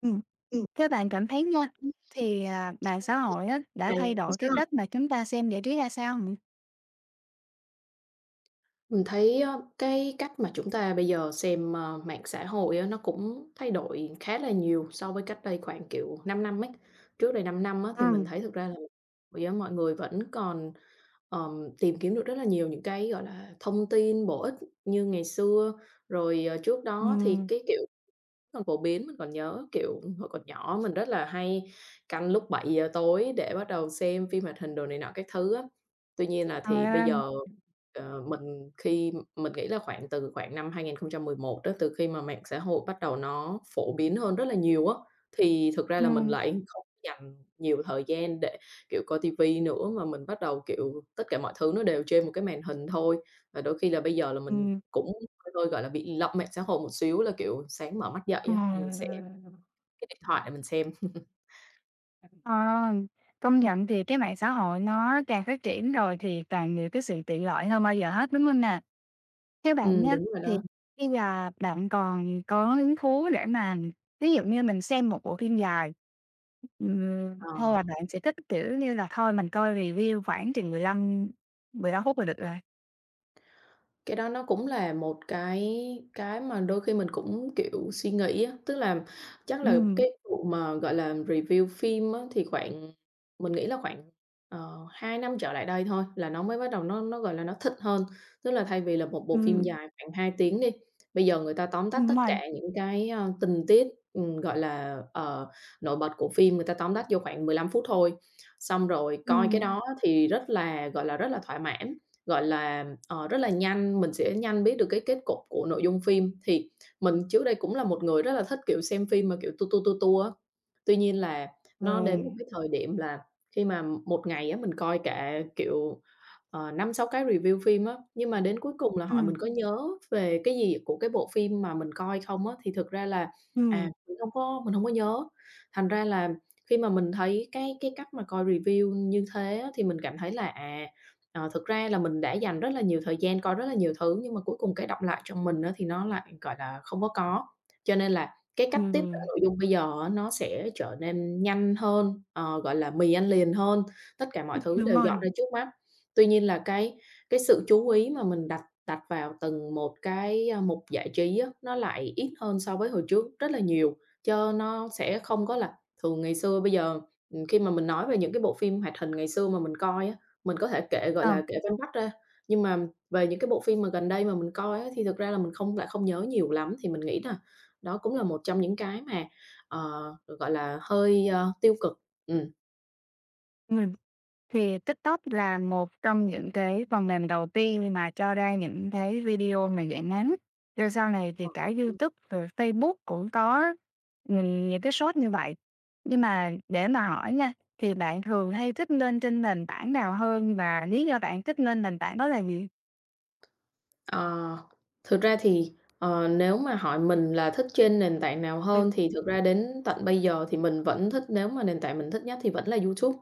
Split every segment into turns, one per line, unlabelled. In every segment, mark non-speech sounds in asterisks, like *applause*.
Ừm, thế bạn cảm thấy nha, thì, à, mạng xã hội á, đã
À,
thay đổi cái cách mà chúng ta xem giải trí ra sao hông?
mình thấy á, cái cách mà chúng ta bây giờ xem, mạng xã hội á, nó cũng thay đổi khá là nhiều so với cách đây khoảng, kiểu, 5 năm ấy. Trước đây 5 năm á, thì mình
Ừm.
thấy thực ra là bây giờ mọi người vẫn còn, tìm kiếm được rất là nhiều những cái, gọi là, thông tin bổ ích như ngày xưa. Rồi, trước đó thì
Ừm.
cái, kiểu, còn phổ biến mình còn nhớ, kiểu, hồi còn nhỏ mình rất là hay canh lúc 7 giờ tối để bắt đầu xem phim hoạt hình đồ này nọ các thứ á. Tuy nhiên là thì bây
Trời.
giờ, ờ, mình khi mình nghĩ là khoảng từ khoảng năm 2011 đó, từ khi mà mạng xã hội bắt đầu nó phổ biến hơn rất là nhiều á, thì thực ra là mình
Ừm.
lại không dành nhiều thời gian để, kiểu, coi ti nữa, mà mình bắt đầu, kiểu, tất cả mọi thứ nó đều trên một cái màn hình thôi. Và đôi khi là bây giờ là mình
Ừm.
cũng hơi hơi, gọi là, bị lậm mạng xã hội một xíu là, kiểu, sáng mở mắt dậy á, mình sẽ
*unintelligible*
cái điện thoại để mình xem.
ờ, công nhận thì cái mạng xã hội nó càng phát triển rồi thì càng nhiều cái sự tiện lợi hơn bao giờ hết, đúng hông nè? Theo bạn nha,
Đúng rồi
thì
đó.
khi là bạn còn có hứng thú để mà ví dụ như mình xem một bộ phim dài,
Ờ.
hay là bạn sẽ thích, kiểu như là, thôi mình coi review khoảng chừng mười lăm phút là được rồi.
Cái đó nó cũng là một cái mà đôi khi mình cũng, kiểu, suy nghĩ á, tức là chắc là
Ừm.
cái vụ mà, gọi là, review phim á, thì khoảng mình nghĩ là khoảng, 2 năm trở lại đây thôi là nó mới bắt đầu nó, gọi là, nó thịnh hơn. Tức là thay vì là một bộ phim
Ừm.
dài khoảng 2 tiếng đi, bây giờ người ta tóm tắt
Đúng
tất
rồi.
cả những cái, tình tiết, gọi là, nổi bật của phim, người ta tóm tắt vô khoảng 15 phút thôi. Xong rồi coi cái
Ừm.
đó thì rất là, gọi là, rất là thỏa mãn. Gọi là, rất là nhanh, mình sẽ nhanh biết được cái kết cục của nội dung phim. Thì mình trước đây cũng là một người rất là thích, kiểu, xem phim mà, kiểu, tu tu tu tu á. Tuy nhiên là
Ừ.
nó đến một cái thời điểm là khi mà một ngày á, mình coi cả, kiểu, 5-6 cái review phim á, nhưng mà đến cuối cùng là hỏi
Ừm.
mình có nhớ về cái gì của cái bộ phim mà mình coi không á, thì thực ra là,
Ừm.
mình không có nhớ. Thành ra là khi mà mình thấy cái cách mà coi review như thế á, thì mình cảm thấy là, à. Ờ, thực ra là mình đã dành rất là nhiều thời gian coi rất là nhiều thứ, nhưng mà cuối cùng cái đọng lại trong mình á thì nó lại, gọi là, không có. Cho nên là cái cách tiếp cận
Ừm.
nội dung bây giờ á nó sẽ trở nên nhanh hơn, gọi là, mì ăn liền hơn, tất cả mọi thứ
Đúng
đều dọn
rồi.
ra trước mắt. Tuy nhiên là cái sự chú ý mà mình đặt đặt vào từng một cái, mục giải trí á, nó lại ít hơn so với hồi trước rất là nhiều, chớ nó sẽ không có là thường ngày xưa bây giờ, khi mà mình nói về những cái bộ phim hoạt hình ngày xưa mà mình coi á, mình có thể kể, gọi
Ờ.
là, kể vắn tắt ra, nhưng mà về những cái bộ phim mà gần đây mà mình coi á, thì thực ra là mình không lại không nhớ nhiều lắm, thì mình nghĩ là đó cũng là một trong những cái mà, ờ, gọi là, hơi, tiêu cực. Ừm.
Ừm. Thì TikTok là một trong những cái phần mềm đầu tiên mà cho ra những cái video mà dạng ngắn. Rồi sau này thì cả YouTube rồi Facebook cũng có những cái short như vậy. Nhưng mà để mà hỏi nha, thì bạn thường hay thích lên trên nền tảng nào hơn và lý do bạn thích lên nền tảng đó là gì?
Ờ, thực ra thì, nếu mà hỏi mình là thích trên nền tảng nào
Ừm.
hơn thì thực ra đến tận bây giờ thì mình vẫn thích nếu mà nền tảng mình thích nhất thì vẫn là YouTube.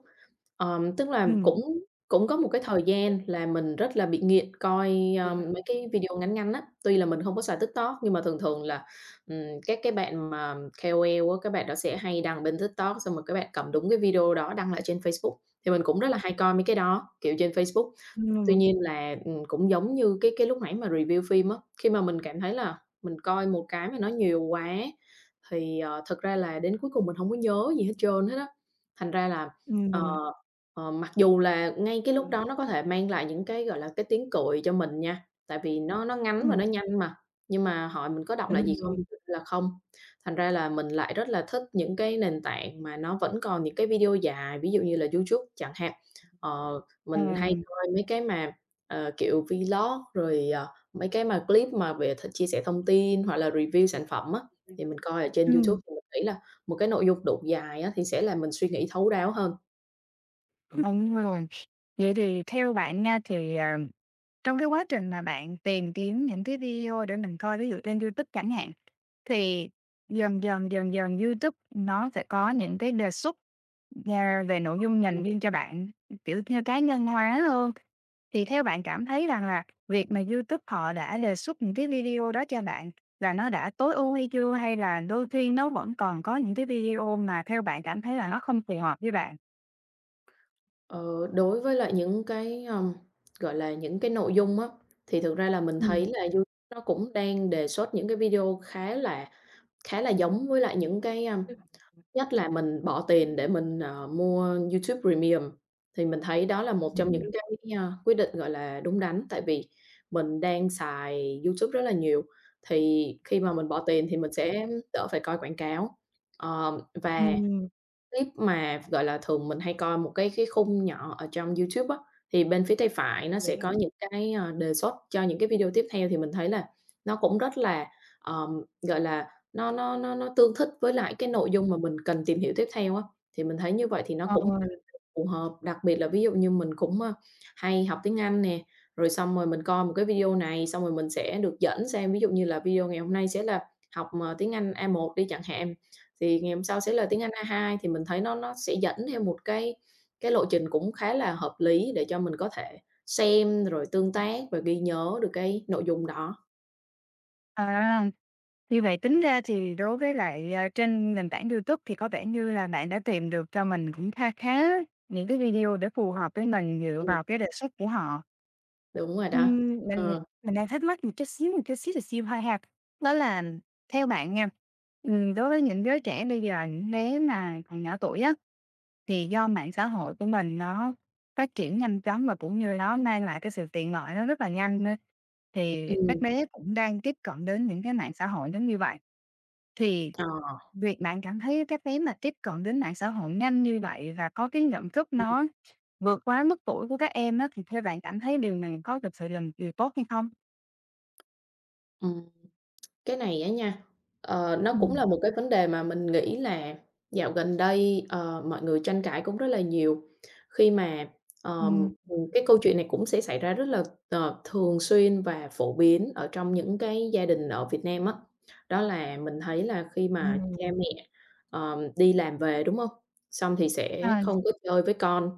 Tức là
Ừm.
cũng cũng có một cái thời gian là mình rất là bị nghiện coi, mấy cái video ngắn ngắn á, tuy là mình không có xài TikTok nhưng mà thường thường là, các cái bạn mà KOL á, các bạn đó sẽ hay đăng bên TikTok xong rồi các bạn cầm đúng cái video đó đăng lại trên Facebook, thì mình cũng rất là hay coi mấy cái đó, kiểu, trên Facebook. Tuy
Ừm.
nhiên là, cũng giống như cái lúc nãy mà review phim á, khi mà mình cảm thấy là mình coi một cái mà nó nhiều quá thì, thực ra là đến cuối cùng mình không có nhớ gì hết trơn hết á. Thành ra là,
Ừm, ừm,
ờ,
ừm.
mặc dù là ngay cái lúc đó nó có thể mang lại những cái, gọi là, cái tiếng cười cho mình nha, tại vì nó ngắn và
Ừm.
nó nhanh mà, nhưng mà hỏi mình có đọc lại
Đúng
gì không
rồi.
thì thực ra là không. Thành ra là mình lại rất là thích những cái nền tảng mà nó vẫn còn những cái video dài, ví dụ như là YouTube chẳng hạn. Ờ,
Ờ.
mình hay rồi mấy cái mà, kiểu, vlog rồi, mấy cái mà clip mà về th chia sẻ thông tin hoặc là review sản phẩm á, thì mình coi ở trên YouTube thì mình nghĩ là một cái nội dung đủ dài á, thì sẽ làm mình suy nghĩ thấu đáo hơn.
Đúng rồi. Vậy thì theo bạn nha thì, à, trong cái quá trình mà bạn tìm kiếm những cái video để mình coi, ví dụ trên YouTube chẳng hạn, thì dần dần YouTube nó sẽ có những cái đề xuất, à, về nội dung dành riêng cho bạn, kiểu như, cá nhân hóa hơn. Thì theo bạn cảm thấy rằng là việc mà YouTube họ đã đề xuất những cái video đó cho bạn là nó đã tối ưu hay chưa? Hay là đôi khi nó vẫn còn có những cái video mà theo bạn cảm thấy là nó không phù hợp với bạn?
Ờ, đối với lại những cái, gọi là, những cái nội dung á, thì thực ra là mình
Ừm.
thấy là YouTube nó cũng đang đề xuất những cái video khá là giống với lại những cái, a.
Ừm.
Nhất là mình bỏ tiền để mình, mua YouTube Premium, thì mình thấy đó là một trong
Ừm.
những cái, a, quyết định, gọi là, đúng đắn, tại vì mình đang xài YouTube rất là nhiều, thì khi mà mình bỏ tiền thì mình sẽ đỡ phải coi quảng cáo. Ờ, và
Ừm.
clip mà, gọi là, thường mình hay coi một cái khung nhỏ ở trong YouTube á, thì bên phía tay phải nó
Đúng
sẽ
rồi.
có những cái, đề xuất cho những cái video tiếp theo thì mình thấy là nó cũng rất là, ờm, gọi là, nó tương thích với lại cái nội dung mà mình cần tìm hiểu tiếp theo á. Thì mình thấy như vậy thì nó
Ờ.
cũng phù hợp, đặc biệt là ví dụ như mình cũng, hay học tiếng Anh nè, rồi xong rồi mình coi một cái video này, xong rồi mình sẽ được dẫn sang, ví dụ như là video ngày hôm nay sẽ là học, tiếng Anh A1 đi chẳng hạn, thì ngày hôm sau sẽ là tiếng Anh A2 thì mình thấy nó sẽ dẫn theo một cái lộ trình cũng khá là hợp lý để cho mình có thể xem rồi tương tác và ghi nhớ được cái nội dung đó.
À, như vậy tính ra thì đối với lại, à, trên nền tảng YouTube thì có vẻ như là bạn đã tìm được cho mình cũng kha khá những cái video để phù hợp với mình dựa
Ừm,
vào cái đề xuất của họ.
đúng rồi đó.
Ừm, mình
Ờ,
mình đang thắc mắc một chút xíu, là xíu thôi ha. Đó là theo bạn nha, đối với những đứa trẻ bây giờ nếu mà còn nhỏ tuổi á, thì do mạng xã hội của mình nó phát triển nhanh chóng và cũng như nó mang lại cái sự tiện lợi nó rất là nhanh nữa, thì các
ừm,
bé cũng đang tiếp cận đến những cái mạng xã hội giống như vậy. Thì
ờ,
việc bạn cảm thấy các bé mà tiếp cận đến mạng xã hội nhanh như vậy và có cái nhận thức
ừm,
nó vượt quá mức tuổi của các em á, thì theo bạn cảm thấy điều này có thực sự là một điều tốt hay không?
ừm. Cái này á nha, nó cũng
Ừm,
là một cái vấn đề mà mình nghĩ là dạo gần đây, mọi người tranh cãi cũng rất là nhiều. Khi mà, ờm,
ừm.
cái câu chuyện này cũng sẽ xảy ra rất là, thường xuyên và phổ biến ở trong những cái gia đình ở Việt Nam á. Đó là mình thấy là khi mà cha
Ừm.
mẹ, đi làm về, đúng không? Xong thì sẽ
À,
không có chơi với con,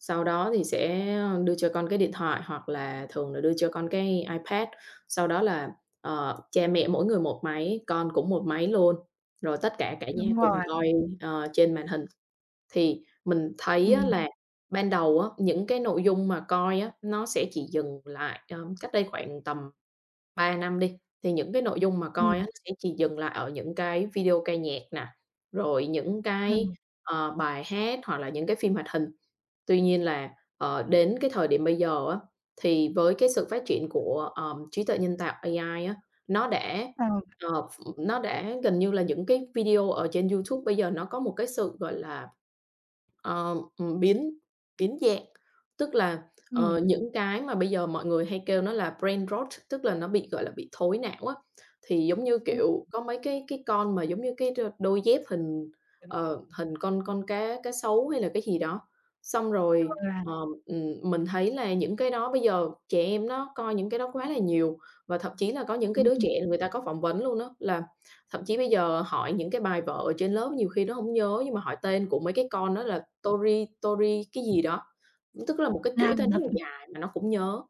sau đó thì sẽ đưa cho con cái điện thoại hoặc là thường là đưa cho con cái iPad, sau đó là ờ, cha mẹ mỗi người một máy, con cũng một máy luôn, rồi tất cả cả nhà
đúng
cùng
rồi,
coi, trên màn hình. Thì mình thấy á
ừm,
là ban đầu á, những cái nội dung mà coi á, nó sẽ chỉ dừng lại, cách đây khoảng tầm 3 năm đi, thì những cái nội dung mà coi
ừm,
á nó sẽ chỉ dừng lại ở những cái video ca nhạc nè, rồi những cái,
ừm,
bài hát hoặc là những cái phim hoạt hình. Tuy nhiên là, đến cái thời điểm bây giờ á, thì với cái sự phát triển của, trí tuệ nhân tạo AI á, nó đã,
ờ,
ờ, ph nó đã gần như là những cái video ở trên YouTube bây giờ nó có một cái sự, gọi là, biến biến dạng. Tức là
ừm.
ờ, những cái mà bây giờ mọi người hay kêu nó là brain rot, tức là nó bị, gọi là, bị thối não á, thì giống như, kiểu, có mấy cái con mà giống như cái đôi đôi dép hình, hình con cá cá sấu hay là cái gì đó. Xong
Ờ,
rồi,
là
ờ, mình thấy là những cái đó bây giờ trẻ em nó coi những cái đó quá là nhiều, và thậm chí là có những cái
đúng,
đứa trẻ người ta có phỏng vấn luôn đó là thậm chí bây giờ hỏi những cái bài vở ở trên lớp nhiều khi nó không nhớ, nhưng mà hỏi tên của mấy cái con đó là Tori Tori cái gì đó. Tức là một cái chuỗi tên
nam
rất
thật.
là dài mà nó cũng nhớ.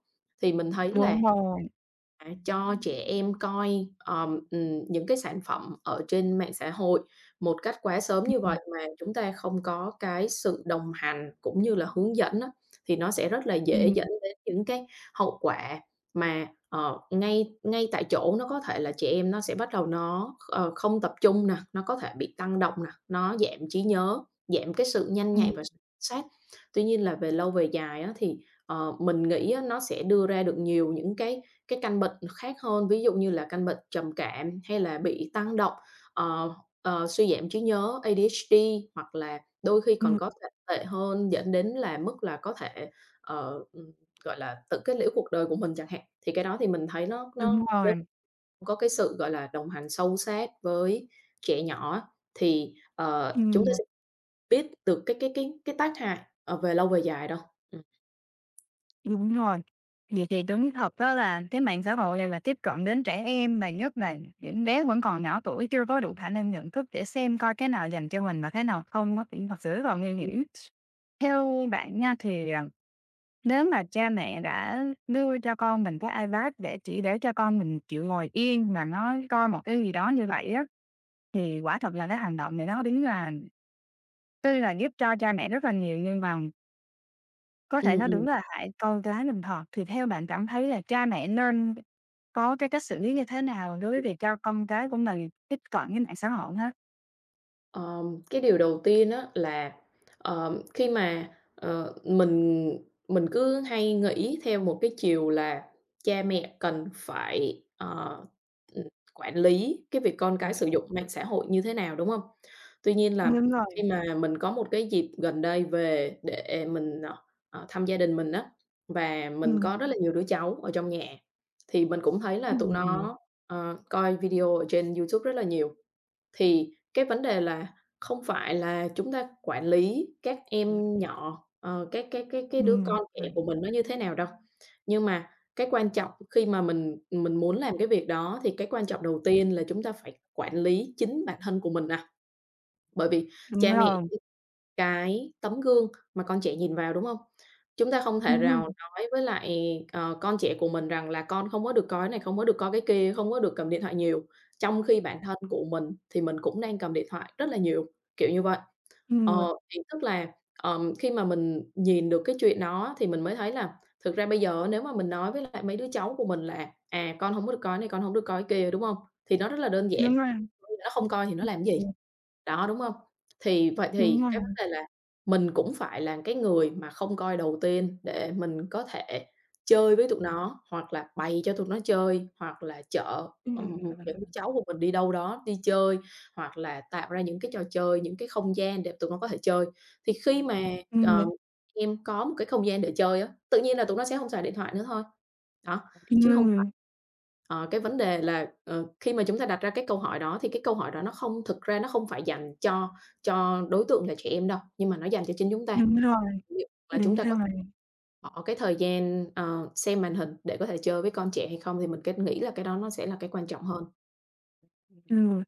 Thì mình thấy là,
Đúng rồi.
à, cho trẻ em coi những cái sản phẩm ở trên mạng xã hội một cách quá sớm như
Ừm,
vậy mà chúng ta không có cái sự đồng hành cũng như là hướng dẫn á, thì nó sẽ rất là dễ
ừm,
dẫn đến những cái hậu quả mà, ngay ngay tại chỗ nó có thể là trẻ em nó sẽ bắt đầu nó không tập trung nè, nó có thể bị tăng động nè, nó giảm trí nhớ, giảm cái sự nhanh
ừm,
nhạy và sự sát. Tuy nhiên là về lâu về dài á, thì, mình nghĩ á, nó sẽ đưa ra được nhiều những cái căn bệnh khác hơn, ví dụ như là căn bệnh trầm cảm hay là bị tăng động, ờ, suy giảm trí nhớ, ADHD, hoặc là đôi khi còn
ừm,
có thể tệ hơn dẫn đến là mức là có thể, ờ, ừm, gọi là, tự kết liễu cuộc đời của mình chẳng hạn. Thì cái đó thì mình thấy nó
đúng
nó nếu
rồi,
có cái sự, gọi là, đồng hành sâu sát với trẻ nhỏ á, thì, chúng ta
ừm.
sẽ biết được cái tác hại, về lâu về dài đâu. Ừm,
Đúng rồi. Vậy thì đúng thật đó là cái mạng xã hội này là tiếp cận đến trẻ em mà nhất là những bé vẫn còn nhỏ tuổi chưa có đủ khả năng nhận thức để xem coi cái nào dành cho mình và cái nào không á, thì thật sự rất là nguy hiểm. Theo bạn nha thì, à, nếu mà cha mẹ đã đưa cho con mình cái iPad để chỉ để cho con mình chịu ngồi yên mà nó coi một cái gì đó như vậy á, thì quả thật là cái hành động này nó đúng là tuy là giúp cho cha mẹ rất là nhiều nhưng mà có thể
ừm,
nó đúng
ừm.
là hại con cái mình thật, thì theo bạn cảm thấy là cha mẹ nên có cái cách xử lý như thế nào đối với việc cho con cái của mình tiếp cận với mạng xã hội ha?
Cái điều đầu tiên á là, khi mà, mình cứ hay nghĩ theo một cái chiều là cha mẹ cần phải, ừm, quản lý cái việc con cái
Ừm,
sử dụng mạng xã hội như thế nào, đúng không? Tuy nhiên là
Đúng
khi
rồi,
mà mình có một cái dịp gần đây về để mình, thăm gia đình mình á, và mình
ừm,
có rất là nhiều đứa cháu ở trong nhà, thì mình cũng thấy là
ừm,
tụi
ừm,
nó, coi video ở trên YouTube rất là nhiều. Thì cái vấn đề là không phải là chúng ta quản lý các
ừm,
em nhỏ, cái đứa
ừm.
con trẻ
Ừm.
của mình nó như thế nào đâu. Nhưng mà cái quan trọng khi mà mình muốn làm cái việc đó thì cái quan trọng đầu tiên là chúng ta phải quản lý chính bản thân của mình nè. Bởi vì
Đúng
cha mẹ
rồi,
cái tấm gương mà con trẻ nhìn vào, đúng không? Chúng ta không thể
ừm, ừm,
rào nói với lại, con trẻ của mình rằng là "Con không có được coi cái này, không có được coi cái kia, không có được cầm điện thoại nhiều." Trong khi bản thân của mình thì mình cũng đang cầm điện thoại rất là nhiều, kiểu như vậy. Ờ, thì tức là, khi mà mình nhìn được cái chuyện đó thì mình mới thấy là thực ra bây giờ nếu mà mình nói với lại mấy đứa cháu của mình là "À, con không có được coi cái này, con hổng được coi cái kia", đúng không? Thì nó rất là đơn giản,
đúng rồi.
nó không coi thì nó làm cái
Ừm.
gì? Đó, đúng hông? Thì vậy
Đúng
thì
rồi.
cái vấn đề là mình cũng phải là cái người mà không coi đầu tiên để mình có thể chơi với tụi nó, hoặc là bày cho tụi nó chơi, hoặc là chở,
Ừm.
những đứa cháu của mình đi đâu đó đi chơi, hoặc là tạo ra những cái trò chơi, những cái không gian để tụi nó có thể chơi. Thì khi mà,
Ừm, đúng
ờ,
rồi,
em có một cái không gian để chơi á, tự nhiên là tụi nó sẽ hông xài điện thoại nữa thôi. Đó.
đúng
Chứ
rồi.
không phải,
Ừm.
cái vấn đề là, khi mà chúng ta đặt ra cái câu hỏi đó thì cái câu hỏi đó nó không thực ra nó không phải dành cho đối tượng là trẻ em đâu, nhưng mà nó dành cho chính chúng ta. Liệu là chúng ta có bỏ cái thời gian, xem màn hình để có thể chơi với con trẻ hay không thì mình kết nghĩ là cái đó nó sẽ là cái quan trọng hơn.
Ừm.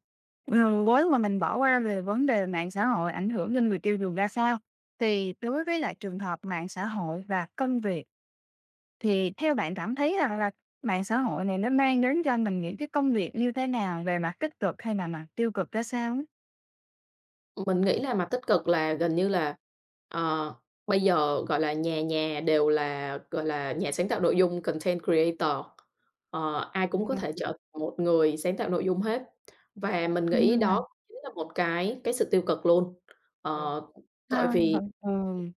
Nếu mà mình bỏ qua về vấn đề mạng xã hội ảnh hưởng lên người tiêu dùng ra sao, thì đối với lại trường hợp mạng xã hội và công việc thì theo bạn cảm thấy rằng là mạng xã hội này nó mang đến cho mình những cái công việc như thế nào, về mặt tích cực hay là mặt tiêu cực ra sao á?
Mình nghĩ là mặt tích cực là gần như là, ờ, bây giờ, gọi là, nhà nhà đều là, gọi là, nhà sáng tạo nội dung, content creator, ai cũng có thể
À.
trở thành một người sáng tạo nội dung hết. Và mình nghĩ
Là
đó chính là một cái sự tiêu cực luôn.
ừ.
Ờ, Bởi vì
Vẫn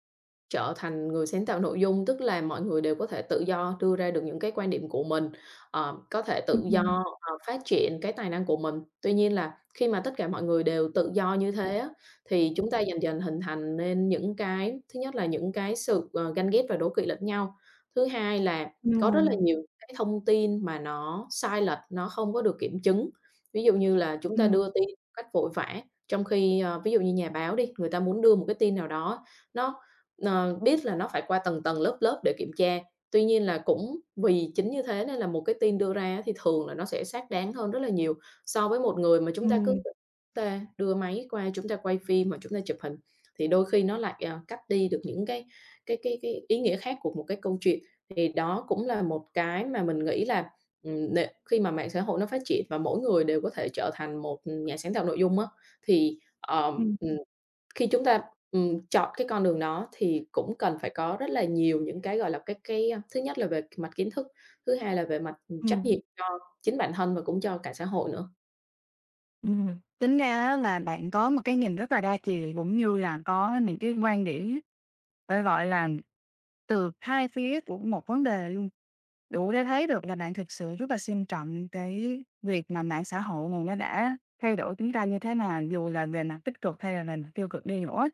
trở thành người sáng tạo nội dung, tức là mọi người đều có thể tự do đưa ra được những cái quan điểm của mình, có thể tự do,
ừm.
phát triển cái tài năng của mình. Tuy nhiên là khi mà tất cả mọi người đều tự do như thế á, thì chúng ta dần dần hình thành nên những cái, thứ nhất là những cái sự, ganh ghét và đố kỵ lẫn nhau. Thứ hai là có rất là
Ừm,
nhiều cái thông tin mà nó sai lệch, nó không có được kiểm chứng. Ví dụ như là chúng ta
ừm,
đưa tin một cách vội vã, trong khi, ví dụ như nhà báo đi, người ta muốn đưa một cái tin nào đó nó, ờ, biết là nó phải qua tầng tầng, lớp lớp để kiểm tra. Tuy nhiên là cũng vì chính như thế nên là một cái tin đưa ra á thì thường là nó sẽ xác đáng hơn rất là nhiều so với một người mà chúng ta cứ
ừm,
*laughs* ta đưa máy qua, chúng ta quay phim hoặc chúng ta chụp hình, thì đôi khi nó lại, cắt đi được những cái ý nghĩa khác của một cái câu chuyện. Thì đó cũng là một cái mà mình nghĩ là, nệ khi mà mạng xã hội nó phát triển và mỗi người đều có thể trở thành một nhà sáng tạo nội dung á, thì,
ừm,
khi chúng ta, chọn cái con đường đó thì cũng cần phải có rất là nhiều những cái, gọi là, thứ nhất là về mặt kiến thức, thứ hai là về mặt trách
ừm,
nhiệm cho chính bản thân và cũng cho cả xã hội nữa.
Tính ra á là bạn có một cái nhìn rất là đa chiều, cũng như là có những cái quan điểm phải gọi là từ hai phía của một vấn đề luôn. Đủ để thấy được là bạn thực sự rất là xem trọng cái việc mà mạng xã hội này nó đã thay đổi chúng ta như thế nào, dù là về mặt tích cực hay là về mặt tiêu cực đi nữa.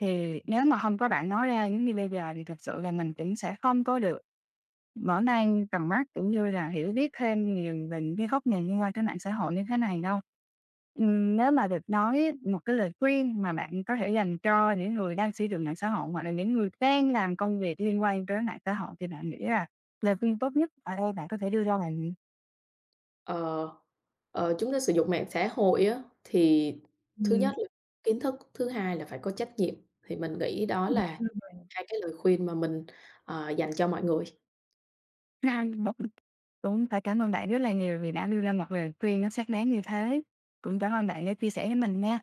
Thì nếu mà không có bạn nói ra những như bây giờ thì thật sự là mình cũng sẽ không có được mở mang tầm mắt, cũng như là hiểu biết thêm nhiều về những cái góc nhìn liên quan tới mạng xã hội như thế này đâu. Nếu mà được nói một cái lời khuyên mà bạn có thể dành cho những người đang sử dụng mạng xã hội, hoặc là những người đang làm công việc liên quan tới mạng xã hội thì bạn nghĩ là lời khuyên tốt nhất ở đây bạn có thể đưa ra là, gì?
Ờ, Chúng ta sử dụng mạng xã hội á, thì thứ
Ừm.
nhất là kiến thức, thứ hai là phải có trách nhiệm, thì mình nghĩ đó
Ừm.
là hai cái lời khuyên mà mình, dành cho mọi người.
Nào, cũng phải cảm ơn bạn rất là nhiều vì đã đưa ra một lời khuyên nó xác đáng như thế. Cũng cảm ơn bạn đã chia sẻ với mình nha.